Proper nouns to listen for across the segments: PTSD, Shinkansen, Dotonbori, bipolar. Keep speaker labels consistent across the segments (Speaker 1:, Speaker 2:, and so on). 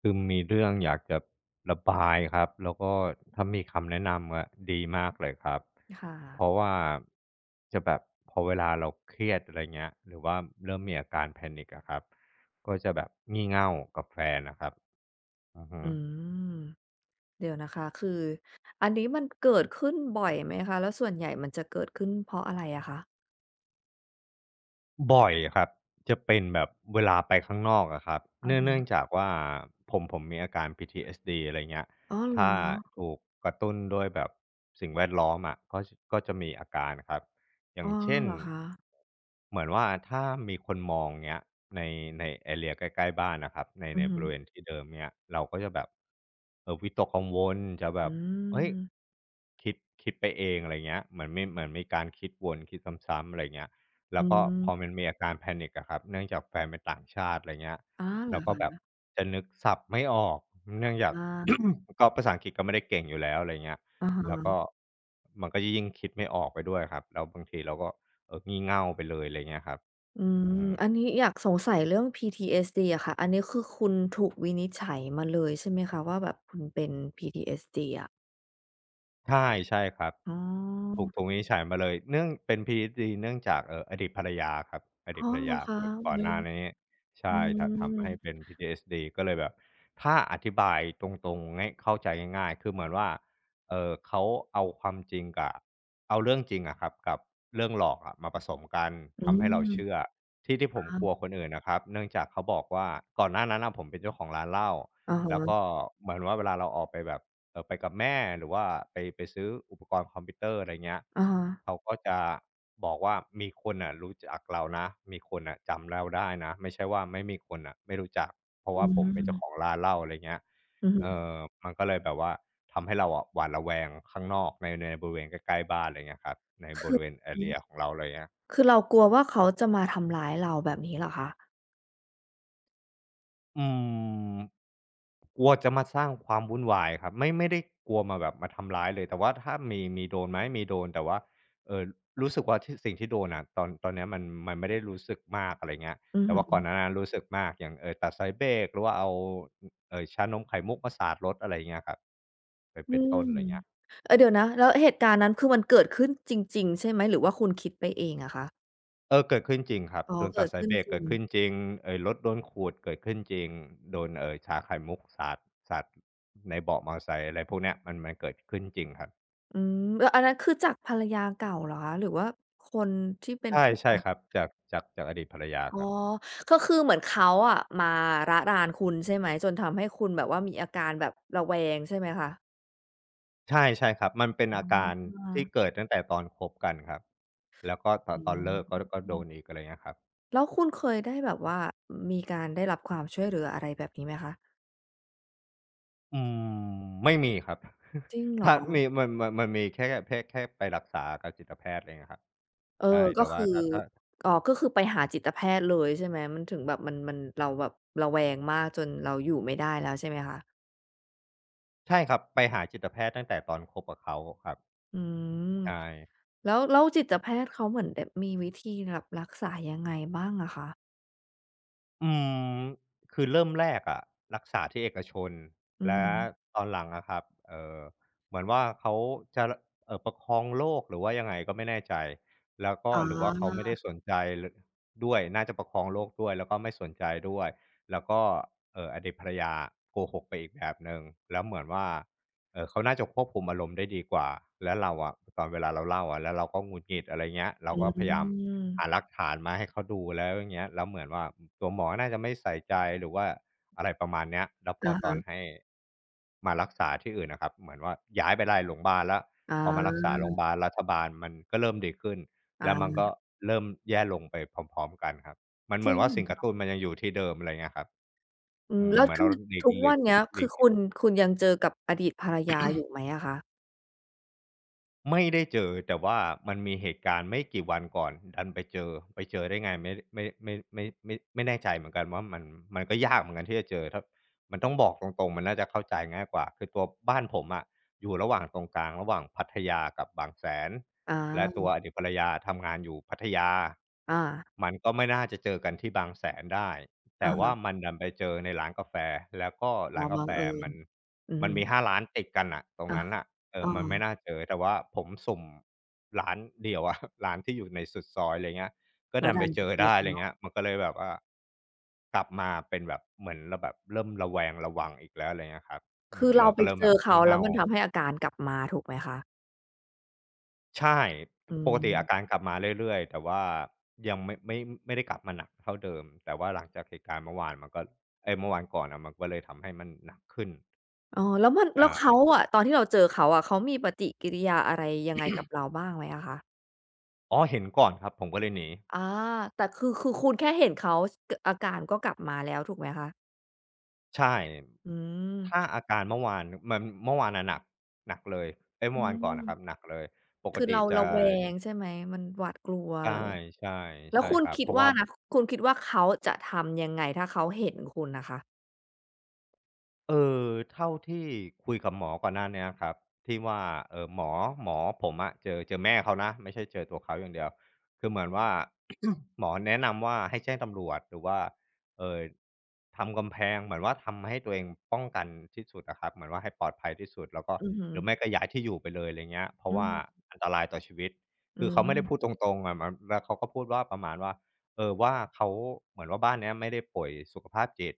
Speaker 1: คือมีเรื่องอยากจะระบายครับแล้วก็ถ้ามีคำแนะนำอะดีมากเลยครับ
Speaker 2: ค่ะ
Speaker 1: เพราะว่าจะแบบพอเวลาเราเครียดอะไรเงี้ยหรือว่าเริ่มมีอาการแพนิคอะครับก็จะแบบงี่เง่ากับแฟนนะครับอือฮึ
Speaker 2: อืมเดี๋ยวนะคะคืออันนี้มันเกิดขึ้นบ่อยไหมคะแล้วส่วนใหญ่มันจะเกิดขึ้นเพราะอะไรอะคะ
Speaker 1: บ่อยครับจะเป็นแบบเวลาไปข้างนอกอะครับ
Speaker 2: อะ
Speaker 1: เนื่องเนื่อง
Speaker 2: ฮะ
Speaker 1: จากว่าผมมีอาการ PTSD อสดีอะไรเงี้ย
Speaker 2: อ๋อเหร
Speaker 1: ถ้า
Speaker 2: อ
Speaker 1: ถูกกระตุ้นด้วยแบบสิ่งแวดล้อมอะก็จะมีอาการครับอ
Speaker 2: อ๋
Speaker 1: ย่า
Speaker 2: อ
Speaker 1: งเช่น
Speaker 2: เหรอคะ
Speaker 1: เหมือนว่าถ้ามีคนมองเงี้ยในในเอเรียใกล้ๆบ้านนะครับ
Speaker 2: อื
Speaker 1: ใน
Speaker 2: อฮึ
Speaker 1: บริเวณที่เดิมเนี่ยเราก็จะแบบวิตกกังวลจะแบ
Speaker 2: อื
Speaker 1: บเฮ้ย
Speaker 2: ม
Speaker 1: คิดคิดไปเองอะไรเงี้ยเหมือนมีการคิดวนคิดซ้ำๆอะไรเงี้ย
Speaker 2: อื
Speaker 1: แล้วก็พ
Speaker 2: ม
Speaker 1: อมันมีอาการแพนิคอะครับเนื่องจากแฟนเป็นต่างชาติอะไรเงี้ย
Speaker 2: อ๋อเหร
Speaker 1: แล้วก็
Speaker 2: อ
Speaker 1: แบบจะนึกศัพท์ไม่ออกเนื่องจาก
Speaker 2: คะ
Speaker 1: ก็ภาษาอังกฤษก็ไม่ได้เก่งอยู่แล้วอะไรเงี้ย
Speaker 2: อะฮ
Speaker 1: แล้ว
Speaker 2: ะ
Speaker 1: ก็มันก็ยิ่งคิดไม่ออกไปด้วยครับแล้วบางทีเราก็เอองี่เง่าไปเลยอะไรเงี้ยครับ
Speaker 2: อื
Speaker 1: อือ
Speaker 2: ม
Speaker 1: ฮึ
Speaker 2: อันนี้อยากสงสัยเรื่อง PTSD อะค่ะอันนี้คือคุณถูกวินิจฉัยมาเลยใช่ไหมคะว่าแบบคุณเป็น PTSD อะ
Speaker 1: ใช่ใช่ครับ
Speaker 2: อ๋อ
Speaker 1: ถูกวินิจฉัยมาเลยเนื่องเป็น PTSD เนื่องจากอดีตภรรยาครับอดี
Speaker 2: อ๋
Speaker 1: ต
Speaker 2: อ
Speaker 1: ภรร
Speaker 2: เหรอ
Speaker 1: ยา
Speaker 2: คะ
Speaker 1: คนก่อน
Speaker 2: อุ๊
Speaker 1: ห
Speaker 2: ย
Speaker 1: น้านี้
Speaker 2: อื
Speaker 1: ใช่ทำให้
Speaker 2: ม
Speaker 1: เป็น PTSD ก็เลยแบบถ้าอธิบายตรงๆง่ายเข้าใจง่ายๆคือเหมือนว่าเขาเอาความจริงกับเอาเรื่องจริงอะครับกับเรื่องหลอกอะมาผสมกัน
Speaker 2: อื
Speaker 1: ทำให้เราเชื่อ
Speaker 2: ม
Speaker 1: ที่ที่ผมกลัว
Speaker 2: ค่ะ
Speaker 1: คนอื่นนะครับเนื่องจากเขาบอกว่าก่อนหน้านั้นน่ะผมเป็นเจ้าของร้านเหล้า
Speaker 2: อะ
Speaker 1: แล้ว
Speaker 2: ฮะ
Speaker 1: ก็เหมือนว่าเวลาเราออกไปแบบ ไปกับแม่หรือว่าไปซื้ออุปกรณ์คอมพิวเตอร์อะไรเงี้ย
Speaker 2: อะฮะ
Speaker 1: เขาก็จะบอกว่ามีคนน่ะรู้จักเรานะมีคนน่ะจำเราได้นะไม่ใช่ว่าไม่มีคนน่ะไม่รู้จักเพราะ
Speaker 2: อื
Speaker 1: ว่าผมเป็นเจ้าขอ
Speaker 2: ม
Speaker 1: งร้านเหล้าอะไรเงี้ย
Speaker 2: อือฮึ
Speaker 1: เอ่อมันก็เลยแบบว่าทำให้เราอะหวาดระแวงข้างนอกในบริเวณใกล้ๆบ้านอะไรเงี้ยครับในบ
Speaker 2: คือ
Speaker 1: ริเวณเอเรียของเราอะไรเงี้ย
Speaker 2: คือเรากลัวว่าเขาจะมาทำร้ายเราแบบนี้เหรอคะ
Speaker 1: อืมกลัวจะมาสร้างความวุ่นวายครับไม่ได้กลัวมาแบบมาทำร้ายเลยแต่ว่าถ้ามีโดนไหมมีโดนแต่ว่าเออรู้สึกว่าที่สิ่งที่โดนน่ะตอนเนี้ยมันไม่ได้รู้สึกมากอะไรเงี้ย
Speaker 2: อือ
Speaker 1: แต่ว่าก่อ
Speaker 2: ฮึ
Speaker 1: นหน้านั้นรู้สึกมากอย่างตัดสายเบรกหรือว่าเอาเออชานมไข่มุกมาสาดรถอะไรเงี้ยครับไป็น
Speaker 2: อื
Speaker 1: เป็นต้
Speaker 2: ม
Speaker 1: นอะไรเงี้ย
Speaker 2: เออเดี๋ยวนะแล้วเหตุการณ์นั้นคือมันเกิดขึ้นจริงๆใช่ไหมหรือว่าคุณคิดไปเองอะคะ
Speaker 1: เออเกิดขึ้นจริงครับ
Speaker 2: อ๋อ
Speaker 1: โดน
Speaker 2: เกิ
Speaker 1: ตั
Speaker 2: ด
Speaker 1: ดสาย
Speaker 2: ขึ้น
Speaker 1: เบรก
Speaker 2: จริ
Speaker 1: เกิ
Speaker 2: ง
Speaker 1: ดขึ้นจริงรถโดนขูดเกิดขึ้นจริงโดนชาไข่มุกสาดในเบาะมอไซค์อะไรพวกเนี้ยมันเกิดขึ้นจริงครับ
Speaker 2: อืมแล้วอันนั้นคือจากภรรยาเก่าเหรอคะหรือว่าคนที่เป็น
Speaker 1: ใช่
Speaker 2: คู่
Speaker 1: ใช่
Speaker 2: อา
Speaker 1: ครับจากอดีตภรรยา
Speaker 2: อ๋
Speaker 1: ค
Speaker 2: อ
Speaker 1: รับ
Speaker 2: ก็คือเหมือนเขาอะมาระรานคุณใช่ไหมจนทำให้คุณแบบว่ามีอาการแบบระแวงใช่ไหมคะ
Speaker 1: ใช่ใช่ครับมันเป็นอา
Speaker 2: อา
Speaker 1: การที่เกิดตั้งแต่ตอนคบกันครับแล้วก็
Speaker 2: อื
Speaker 1: ตอนเลิกก็โดน
Speaker 2: ม
Speaker 1: อีกอะไรเงี้ยครับ
Speaker 2: แล้วคุณเคยได้แบบว่ามีการได้รับความช่วยเหลืออะไรแบบนี้ไหมคะ
Speaker 1: อืมไม่มีครับ
Speaker 2: จ ริงเหร
Speaker 1: ถ้า
Speaker 2: อ
Speaker 1: มีมันมันมีแค่ไปรักษากับจิตแพทย์อะไรเงี้ยครับ
Speaker 2: เออ
Speaker 1: ใช่แต่
Speaker 2: ก็
Speaker 1: ว่า
Speaker 2: คือ
Speaker 1: ถ้า
Speaker 2: อ๋อก็คือไปหาจิตแพทย์เลยใช่ไหมมันถึงแบบมันเราแบบระแวงมากจนเราอยู่ไม่ได้แล้วใช่ไหมคะ
Speaker 1: ใช่ครับไปหาจิตแพทย์ตั้งแต่ตอนคบกับเขาครับ
Speaker 2: อืม
Speaker 1: ใช่
Speaker 2: แล้วจิตแพทย์เขาเหมือนแบบมีวิธีแบบรักษายังไงบ้างอะคะ
Speaker 1: อืมคือเริ่มแรกอะรักษาที่เอกชน
Speaker 2: อื
Speaker 1: และ
Speaker 2: ม
Speaker 1: ตอนหลังอะครับเอ่อเหมือนว่าเขาจะประคองโรคหรือว่ายังไงก็ไม่แน่ใจแล้วก็
Speaker 2: อ๋
Speaker 1: หรือว่าเขา
Speaker 2: อ
Speaker 1: ไม่ได้สนใจลด้วยน่าจะประคองโรคด้วยแล้วก็ไม่สนใจด้วยแล้วก็อดีตภรรยาโกหกไปอีกแบบหนึ่งแล้วเหมือนว่า เออเขาน่าจะควบคุมอารมณ์ได้ดีกว่าแล้วเราอะตอนเวลาเราเล่าอะแล้วเราก็หงุดหงิดอะไรเงี้ยเรา
Speaker 2: อื
Speaker 1: ก็พยายามหาห
Speaker 2: ม
Speaker 1: ลักฐานมาให้เขาดูแล้วอย่างเงี้ยแล้วเหมือนว่าตัวหมอน่าจะไม่ใส่ใจหรือว่าอะไรประมาณเนี้ยแล้วพอ
Speaker 2: อะ
Speaker 1: ตอน
Speaker 2: ฮะ
Speaker 1: ให้มารักษาที่อื่นนะครับเหมือนว่าย้ายไปไล่โรงพยาบาลแล้วพอมารัก
Speaker 2: อา
Speaker 1: ษาโรงพยาบาลรัฐบาลมันก็เริ่มดีขึ้น
Speaker 2: อา
Speaker 1: แล้วมันก็เริ่มแย่ลงไปพร้อมๆกันครับมัน
Speaker 2: จ
Speaker 1: เหมื
Speaker 2: ริ
Speaker 1: อน
Speaker 2: ง
Speaker 1: ว่าสิ่งกระตุ้นมันยังอยู่ที่เดิมอะไรเงี้ยครับ
Speaker 2: อื
Speaker 1: อื
Speaker 2: ม
Speaker 1: มมั
Speaker 2: แล้
Speaker 1: น
Speaker 2: ว
Speaker 1: เหมือน
Speaker 2: คื
Speaker 1: เรา
Speaker 2: อทุกวันเนี้ย
Speaker 1: ห
Speaker 2: คื
Speaker 1: ลี
Speaker 2: อ
Speaker 1: ก
Speaker 2: คุณยังเจอกับอดีตภรรยาอยู่ไหมอะคะ
Speaker 1: ไม่ได้เจอแต่ว่ามันมีเหตุการณ์ไม่กี่วันก่อนดันไปเจอไปเจอได้ไงไม่แน่ใจเหมือนกันว่ามันก็ยากเหมือนกันที่จะเจอถ้ามันต้องบอกตรงๆมันน่าจะเข้าใจง่ายกว่าคือตัวบ้านผมอะอยู่ระหว่างตรงกลางระหว่างพัทยากับบางแสน
Speaker 2: อ
Speaker 1: และตัว
Speaker 2: า
Speaker 1: อดีตภรรยาทำงานอยู่พัทยา
Speaker 2: อา
Speaker 1: มันก็ไม่น่าจะเจอกันที่บางแสนได้
Speaker 2: อะ
Speaker 1: แต่ว่า
Speaker 2: ฮะ
Speaker 1: มันดันไปเจอในร้านกาแฟแล้วก็
Speaker 2: อ๋อ
Speaker 1: ร้านกา
Speaker 2: บัง
Speaker 1: แฟ
Speaker 2: เอิญ
Speaker 1: มัน
Speaker 2: อือ
Speaker 1: มัน
Speaker 2: ฮึ
Speaker 1: มีห้าร้านติดกันน่ะตรง
Speaker 2: อา
Speaker 1: นั้นน่ะ เอ
Speaker 2: เออ
Speaker 1: อมันไม่น่าเจอ แต่ว่าผมสุ่มร้านเดียวอะ ร้านที่อยู่ในสุดซอยอะไรเงี้ยก็
Speaker 2: แล้ว
Speaker 1: ดัน
Speaker 2: ดั
Speaker 1: ไป
Speaker 2: นไป
Speaker 1: เจอ
Speaker 2: เจอ
Speaker 1: ได้อะไร
Speaker 2: เขา
Speaker 1: เงี้ยมันก็เลยแบบว่ากลับมาเป็นแบบเหมือนเราแบบเริ่มระแวงระวังอีกแล้วอะไรเงี้ยครับอื
Speaker 2: คื
Speaker 1: ม
Speaker 2: อเรา
Speaker 1: เรา
Speaker 2: ไป
Speaker 1: ก็เริ่ม
Speaker 2: เจ
Speaker 1: แบบ
Speaker 2: อเขา
Speaker 1: งี่
Speaker 2: แล้ว
Speaker 1: เง่า
Speaker 2: มันทำให้อาการกลับมาถูกไหมคะ
Speaker 1: ใช่
Speaker 2: อื
Speaker 1: ปกติอากา
Speaker 2: ม
Speaker 1: รกลับมาเรื่อยๆ แต่ว่ายังไม่ได้กลับมาหนักเท่าเดิม แต่ว่าหลังจากเหตุการณ์เมื่อวานมันก็เอ้ยเมื่อวานก่อนอะมันก็เลยทำให้มันหนักขึ้น
Speaker 2: อ๋อแล้วมันแล้วเขา
Speaker 1: ใช่
Speaker 2: อะตอนที่เราเจอเขาอะเขามีปฏิกิริยาอะไรยังไงกับเราบ้างไหมอะคะ
Speaker 1: อ๋อเห็นก่อนครับผมก็เลยหนี
Speaker 2: อาแต่คือคุณแค่เห็นเขาสกอาการก็กลับมาแล้วถูกไหมคะ
Speaker 1: ใช่
Speaker 2: อื
Speaker 1: ถ้า
Speaker 2: ม
Speaker 1: อาการเมื่อวานมันเมื่อวานน่ะหนักหนักเลยเอ๊ย
Speaker 2: อื
Speaker 1: เมื่อวาน
Speaker 2: ม
Speaker 1: ก่อนนะครับหนักเลย ปก
Speaker 2: คือ
Speaker 1: ติ
Speaker 2: เรา
Speaker 1: จะ
Speaker 2: ระแวงใช่ไหมมันหวาดกลัว
Speaker 1: ใช่
Speaker 2: เลย
Speaker 1: ใช่
Speaker 2: แล้ว
Speaker 1: ใช่
Speaker 2: คุณ
Speaker 1: ครับ
Speaker 2: คิด
Speaker 1: เพราะ
Speaker 2: ว่า
Speaker 1: ว่า
Speaker 2: นะคุณคิดว่าเขาจะทำยังไงถ้าเขาเห็นคุณน่ะคะ
Speaker 1: เออเท่าที่คุยกับหมอก่อนหน้าเนี้ยครับที่ว่าเอ่อหมอหมอผมอะเจอแม่เขานะไม่ใช่เจอตัวเขาอย่างเดียวคือเหมือนว่า หมอแนะนำว่าให้แจ้งตำรวจหรือว่าเอ่อทำกำแพงเหมือนว่าทำให้ตัวเองป้องกันที่สุดอะครับเหมือนว่าให้ปลอดภัยที่สุดแล้วก็
Speaker 2: อือฮึ
Speaker 1: หรือไม่ก็ย้ายที่อยู่ไปเลยอะไรเงี้ยเพ
Speaker 2: อื
Speaker 1: ราะว่า
Speaker 2: ม
Speaker 1: อันตรายต่อชีวิต
Speaker 2: อื
Speaker 1: คือเขาไม่ได้พูด
Speaker 2: ม
Speaker 1: ตรงๆอะมันแล้วเขาก็พูดว่าประมาณว่าเออว่าเขาเหมือนว่าบ้านเนี้ยไม่ได้ป่วยสุขภาพจิต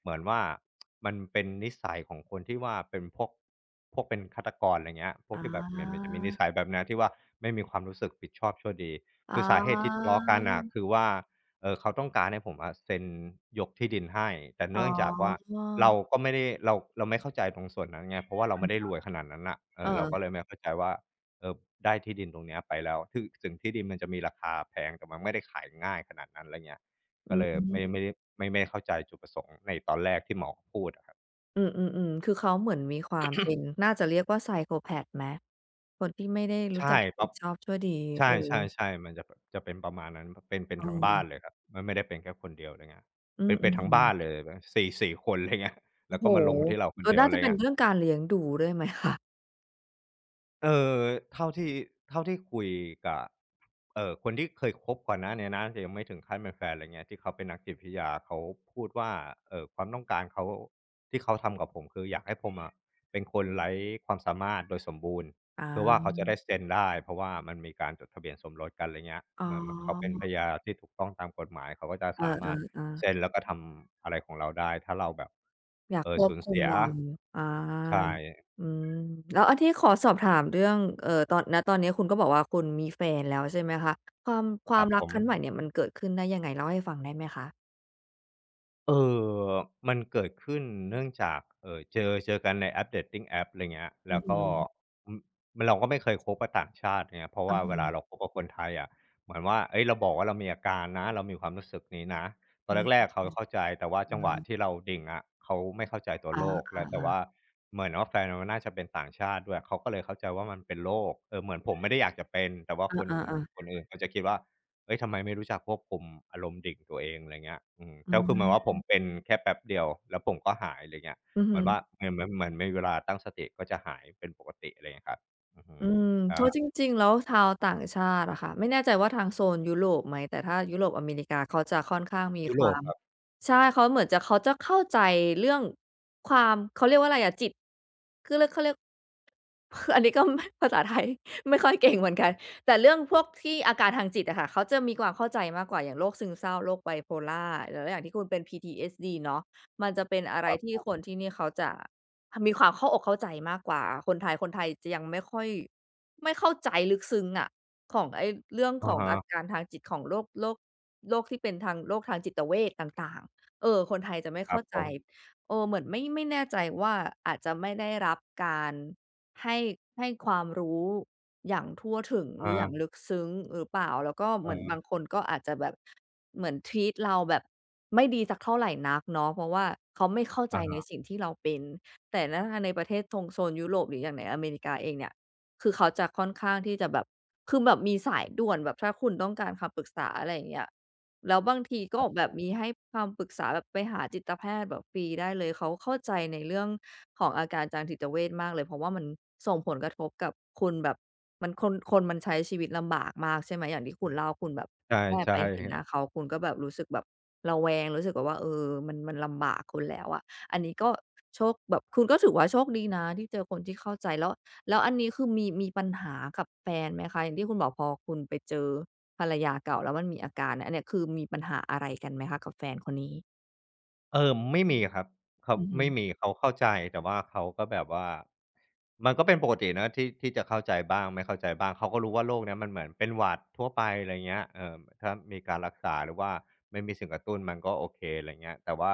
Speaker 1: เหมือนว่ามันเป็นนิสัยของคนที่ว่าเป็นพวกเป็นฆาตกรอะไรเงี้ยพวก
Speaker 2: อ
Speaker 1: ที่แบบเหมือนมัน
Speaker 2: า
Speaker 1: จะมีนิสัยแบบเนี้ยที่ว่าไม่มีความรู้สึกผิดชอบชั่วดี
Speaker 2: อ๋อ
Speaker 1: คือสาเหตุที่ทะเลาะกันน่ะคือว่าเขาต้องการให้ผมอะเซ็นยกที่ดินให้แต่
Speaker 2: อ๋อ
Speaker 1: เนื่องจากว่าเราก็ไม่ได้เราไม่เข้าใจตรงส่วนนั้นไงเพราะว่าเราไม่ได้รวยขนาดนั้นน่ะเอ
Speaker 2: เอ
Speaker 1: อเราก็เลย
Speaker 2: อ
Speaker 1: ไม่เข้าใจว่าเอ่อได้ที่ดินตรงเนี้ยไปแล้วถึงที่ดินมันจะมีราคาแพงแต่มันไม่ได้ขายง่ายขนาดนั้นไรเงี้ย
Speaker 2: อื
Speaker 1: ก็เลยไม่
Speaker 2: ม
Speaker 1: ไม่ได้ไม่ไม่เข้าใจจุดประสงค์ในตอนแรกที่หมอพูดอะครับ
Speaker 2: อืมๆๆคือเขาเหมือนมีความเป็นน่าจะเรียกว่าไซโคแพทไหมคนที่ไม่ได้รู้จั
Speaker 1: ใช่
Speaker 2: ก
Speaker 1: ป๊
Speaker 2: ผิ
Speaker 1: อ
Speaker 2: ด
Speaker 1: ป
Speaker 2: ชอบชั่วดี
Speaker 1: ใช
Speaker 2: เออ
Speaker 1: ่ๆๆมันจะแบบจะเป็นประมาณนั้นเป็น
Speaker 2: เอ
Speaker 1: ทั้ง
Speaker 2: อ
Speaker 1: บ้านเลยครับมันไม่ได้เป็นแค่คนเดียวไรเงี้ย
Speaker 2: อื
Speaker 1: เป็นทั้ง
Speaker 2: ม
Speaker 1: บ้าน
Speaker 2: ๆๆ
Speaker 1: เลยแบบสี่สี่คนไรเงี้ย
Speaker 2: โอ้
Speaker 1: แล้ว
Speaker 2: โฮ
Speaker 1: ก็มาลงที่เราค
Speaker 2: เอ
Speaker 1: น
Speaker 2: อ
Speaker 1: เดียว
Speaker 2: น่าจะ
Speaker 1: ไร
Speaker 2: เป็น
Speaker 1: เงี้ย
Speaker 2: เรื่องการเลี้ยงดูด้วยไหมคะ
Speaker 1: เออเท่าที่เท่าที่คุยกับคนที่เคยคบก่อนหน้าเนี้ยนะแต่ยังไม่ถึงขั้นเป็นแฟนอะไรเงี้ยที่เขาเป็นนักจิตวิทยาเขาพูดว่าความต้องการเขาที่เขาทำกับผมคืออยากให้ผมอะเป็นคนไร้ความสามารถโดยสมบูรณ์
Speaker 2: อ
Speaker 1: เพื่อว่าเขา
Speaker 2: า
Speaker 1: จะได้เซ็นได้เพราะว่ามันมีการจดทะเบียนสมรสกันอะไรเงี้ย
Speaker 2: อ๋
Speaker 1: เหมือนเขาเป็น
Speaker 2: อ
Speaker 1: ภรรยาที่ถูกต้องตามกฎหมายเขาก็จะ
Speaker 2: เอ
Speaker 1: สามารถ
Speaker 2: อๆ
Speaker 1: เซ็
Speaker 2: ๆ
Speaker 1: นแล้วก็ทำอะไรของเราได้ถ้าเราแบบ
Speaker 2: อยากควบ
Speaker 1: สูญ
Speaker 2: คุม
Speaker 1: เสีย
Speaker 2: เราอ
Speaker 1: ใช่
Speaker 2: าอืมแล้วอันนี้ขอสอบถามเรื่องตอนณตอนนี้คุณก็บอกว่าคุณมีแฟนแล้วใช่ไหมคะ ความค
Speaker 1: ค
Speaker 2: วาม
Speaker 1: รับ
Speaker 2: รั
Speaker 1: ผ
Speaker 2: กค
Speaker 1: ม
Speaker 2: รั้งใหม่เนี่ยมันเกิดขึ้นได้ยังไงเล่าให้ฟังได้ไหมคะ
Speaker 1: เออมันเกิดขึ้นเนื่องจากเจอกันในแอป dating app อะไรเงี้ย
Speaker 2: อื
Speaker 1: แล้
Speaker 2: อ
Speaker 1: ว
Speaker 2: ฮึ
Speaker 1: ก็อืมเราก็ไม่เคยคบกับต่างชาติไงยเพราะ
Speaker 2: อะ
Speaker 1: ว่าเวลาเรา
Speaker 2: ฮะ
Speaker 1: คบกับคนไทยอะเหมือนว่าเฮ้ยเราบอกว่าเรามีอาการนะเรามีความรู้สึกนี้นะตอน
Speaker 2: ไม่
Speaker 1: แร
Speaker 2: เข้า
Speaker 1: กๆ
Speaker 2: ใจ
Speaker 1: เขาเข้าใจแต่ว่า
Speaker 2: อ
Speaker 1: จังหวะที่
Speaker 2: า
Speaker 1: เราดิ่งอะเขาไม่เข้าใจตัว
Speaker 2: อ
Speaker 1: โรค
Speaker 2: า
Speaker 1: แล้วแต่ว่า
Speaker 2: ๆ
Speaker 1: เหมือนว่าแฟนเราน่าจะเป็นต่างชาติด้วยเขาก็เลยเข้าใจว่ามันเป็นโรคเออเหมือนผมไม่ได้อยากจะเป็นแต่ว่า
Speaker 2: ๆอ
Speaker 1: คน
Speaker 2: าๆๆ
Speaker 1: คนอื่นเขาจะคิดว่า เอ้ยทำไมไม่รู้จักควบคุมอารมณ์ดิ่งตัวเองอะไรเงี้ยก
Speaker 2: อื
Speaker 1: คือเหมือนว่าผม
Speaker 2: ม
Speaker 1: เป็นแค่แป๊บเดียวแล้วผมก็หายอะไรเงี้ย
Speaker 2: อือ
Speaker 1: เห
Speaker 2: ฮึ
Speaker 1: มือนว่าเหมือนไมเวลาตั้งสติก็จะหายเป็นปกติอะไรเงี้ยครับอือฮึ
Speaker 2: อืม
Speaker 1: อ
Speaker 2: เพราะจ
Speaker 1: ช
Speaker 2: ริงๆแล้วชาวต่างชาติอะค่ะไม่แน่ใจว่าทางโซนยุโรปไหมแต่ถ้ายุโรปอเมริกาเขาจะค่อนข้างมี
Speaker 1: ยุ
Speaker 2: ค
Speaker 1: โร
Speaker 2: วา
Speaker 1: ป
Speaker 2: ม
Speaker 1: ครับ
Speaker 2: ใช่เขาเหมือนจะเขาจะเข้าใจเรื่องความเขาเรียกว่าอะไรอะจิตคือเรียกเขาเรียก อันนี้ก็ไม่ภาษาไทยไม่ค่อยเก่งเหมือนกันแต่เรื่องพวกที่อาการทางจิตอะค่ะเขาจะมีความเข้าใจมากกว่าอย่างโรคซึมเศร้าโรค bipolar แล้วอย่างที่คุณเป็น PTSD เนาะมันจะเป็นอะ
Speaker 1: ค
Speaker 2: ไร
Speaker 1: รับ
Speaker 2: ที่
Speaker 1: ผ
Speaker 2: คน
Speaker 1: ม
Speaker 2: ที่นี่เขาจะ มีความเข้าอกเข้าใจมากกว่าคนไทยคนไทยจะยังไม่ค่อยไม่เข้าใจลึกซึ้งอะของไอ้เรื่องข
Speaker 1: อา
Speaker 2: องอา
Speaker 1: ฮะ
Speaker 2: การทางจิตของโรคโรคที่เป็นทางโรคทางจิตเวชต่างๆเออคนไทยจะไม่
Speaker 1: ครั
Speaker 2: เข้า
Speaker 1: บผ
Speaker 2: ใจ
Speaker 1: ม
Speaker 2: เออเหมือนไม่แน่ใจว่าอาจจะไม่ได้รับการให้ให้ความรู้อย่างทั่วถึงห
Speaker 1: อา
Speaker 2: รืออย่างลึกซึ้งหรือเปล่าแล้วก็เห
Speaker 1: อ
Speaker 2: มือนบางค
Speaker 1: อ
Speaker 2: นก็อาจจะแบบเหมือน treat เราแบบไม่ดีสักเท่าไรนักเนาะเพราะว่าเขาไม่เข้าใจ
Speaker 1: อะ
Speaker 2: ใน
Speaker 1: ฮะ
Speaker 2: สิ่งที่เราเป็น แต่นะถ้าในประเทศทงโซนยุโรปหรืออย่างในอเมริกาเองเนี่ยคือเขาจะค่อนข้างที่จะแบบคือแบบมีสายด่วนแบบถ้าคุณต้องการคำปรึกษาอะไรอย่างเงี้ยแล้วบางที
Speaker 1: ค
Speaker 2: ก็แบ
Speaker 1: รับ
Speaker 2: บมีให้คำปรึกษาแบบไปหาจิตแพทย์แบบฟรีได้เลย เขาเข้าใจในเรื่องของอาการทางจิตเวชมากเลย เพราะว่ามันส่งผลกระทบกับคุณแบบมันคนคนมันใช้ชีวิตลำบากมากใช่ไหม อย่างที่คุณเล่าคุณแบบ
Speaker 1: ใช่
Speaker 2: แค่ไป
Speaker 1: ใช่
Speaker 2: เห็นหน้าเขาคุณก็แบบรู้สึกแบบระแวงรู้สึกแบบว่าเออมันมันลำบากคุณแล้วอะ อันนี้ก็โชคแบบคุณก็ถือว่าโชคดีนะที่เจอคนที่เข้าใจแล้วแล้วอันนี้คือมีปัญหากับแฟนไหมคะอย่างที่คุณบอกพอคุณไปเจอภรรยาเก่าแล้วมันมีอาการอันเนี้ยคือมีปัญหาอะไรกันไหมคะกับแฟนคนนี้
Speaker 1: เออไม่มีครับเขา
Speaker 2: อือฮึ
Speaker 1: ไม่มีเขาเข้าใจแต่ว่าเขาก็แบบว่ามันก็เป็นปกตินะที่จะเข้าใจบ้างไม่เข้าใจบ้างเขาก็รู้ว่าโรคเนี้ยมันเหมือนเป็นหวัดทั่วไปอะไรเงี้ยถ้ามีการรักษาหรือว่าไม่มีสิ่งกระตุ้นมันก็โอเคอะไรเงี้ยแต่ว่า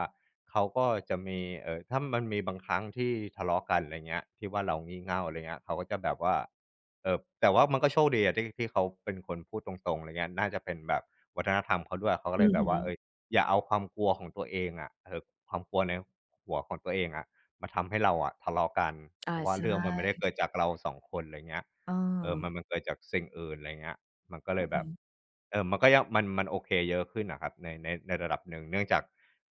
Speaker 1: เขาก็จะมีถ้ามันมีบางครั้งที่ทะเลาะกันอะไรเงี้ยที่ว่าเรางี่เง่าอะไรเงี้ยเขาก็จะแบบว่าแต่ว่ามันก็โชคดีอะที่เขาเป็นคนพูดตรงๆอะไรเงี้ยน่าจะเป็นแบบวัฒนธรรมเขาด้วยเขาก็เล
Speaker 2: อื
Speaker 1: ย
Speaker 2: อ
Speaker 1: แบ
Speaker 2: ฮึ
Speaker 1: บว่าเออ อย่าเอาความกลัวของตัวเองอะเออความกลัวในหัวของตัวเองอะมาทำให้เราอะทะเลาะกัน
Speaker 2: อา
Speaker 1: เพราะว่า
Speaker 2: ใช
Speaker 1: เรื่องมันไม่ได้
Speaker 2: ่
Speaker 1: เกิดจากเราสองคนไรเงี้ย
Speaker 2: เอ
Speaker 1: เออมัน
Speaker 2: อ
Speaker 1: มันเกิดจากสิ่งอื่นไรเงี้ยมันก็เล
Speaker 2: อื
Speaker 1: ย
Speaker 2: อ
Speaker 1: แบ
Speaker 2: ฮึ
Speaker 1: บเออมันก็ยังมันโอเคเยอะขึ้นอะครับในระดับหนึ่งเนื่องจาก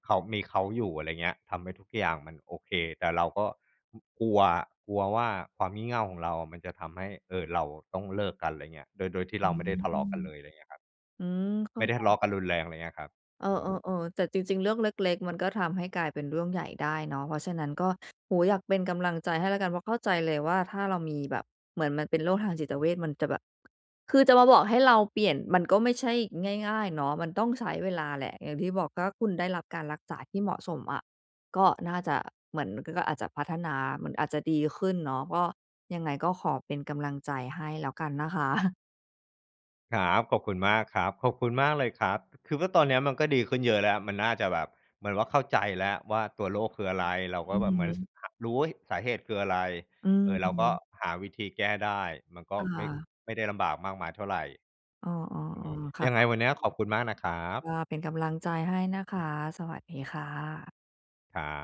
Speaker 1: เขามีเขาอยู่อะไรเงี้ยทำให้ทุกอย่างมันโอเคแต่เราก็อกลัวกลัวว่าความงี่เง่าของเราอะมันจะทำให้เราต้องเลิกกันไรเงี้ยโดยที่
Speaker 2: อื
Speaker 1: เราไม่
Speaker 2: ม
Speaker 1: ได้ทะเลาะกันเลยไรเงี้ยครับ
Speaker 2: อืมเข้า
Speaker 1: ไม่ได้
Speaker 2: ใจ
Speaker 1: ทะเลาะกันรุนแรงไรเงี้ยครับ
Speaker 2: เอ
Speaker 1: อื
Speaker 2: อเอ
Speaker 1: ม
Speaker 2: อเออแต่จริงๆเรื่องเล็กๆมันก็ทำให้กลายเป็นเรื่องใหญ่ได้เนาะเพราะฉะนั้นก็โออยากเป็นกำลังใจให้แล้วกันเพราะเข้าใจเลยว่าถ้าเรามีแบบเหมือนมันเป็นโรคทางจิตเวชมันจะแบบคือจะมาบอกให้เราเปลี่ยนมันก็ไม่ใช่ง่ายๆเนาะมันต้องใช้เวลาแหละอย่างที่บอกถ้าคุณได้รับการรักษาที่เหมาะสมอะก็น่าจะเหมือนก็อาจจะพัฒนามันอาจจะดีขึ้นเนาะก็ยังไงก็ขอเป็นกำลังใจให้แล้วกันนะคะ
Speaker 1: ครับขอบคุณมากครับขอบคุณมากเลยครับคือว่าตอนเนี้ยมันก็ดีขึ้นเยอะแล้วมันน่าจะแบบเหมือนว่าเข้าใจแล้วว่าตัวโรคคืออะไรเรา
Speaker 2: อื
Speaker 1: ก็แบบเหมือนส
Speaker 2: อ
Speaker 1: หรู้วสาเหตุคืออะไร
Speaker 2: อื
Speaker 1: เออเราก็
Speaker 2: ม
Speaker 1: หาวิธีแก้ได้มันก็
Speaker 2: ค
Speaker 1: ไม่
Speaker 2: ่ะ
Speaker 1: ไม่ได้ลำบากมากมายเท่าไร
Speaker 2: อออ๋อ
Speaker 1: อือ
Speaker 2: อ๋อ
Speaker 1: ฮึยังไงวั
Speaker 2: ค่ะ
Speaker 1: นเนี้ยขอบคุณมากนะครับ
Speaker 2: ก็เป็นกำลังใจให้นะคะสวัสดีค่ะ
Speaker 1: ครับ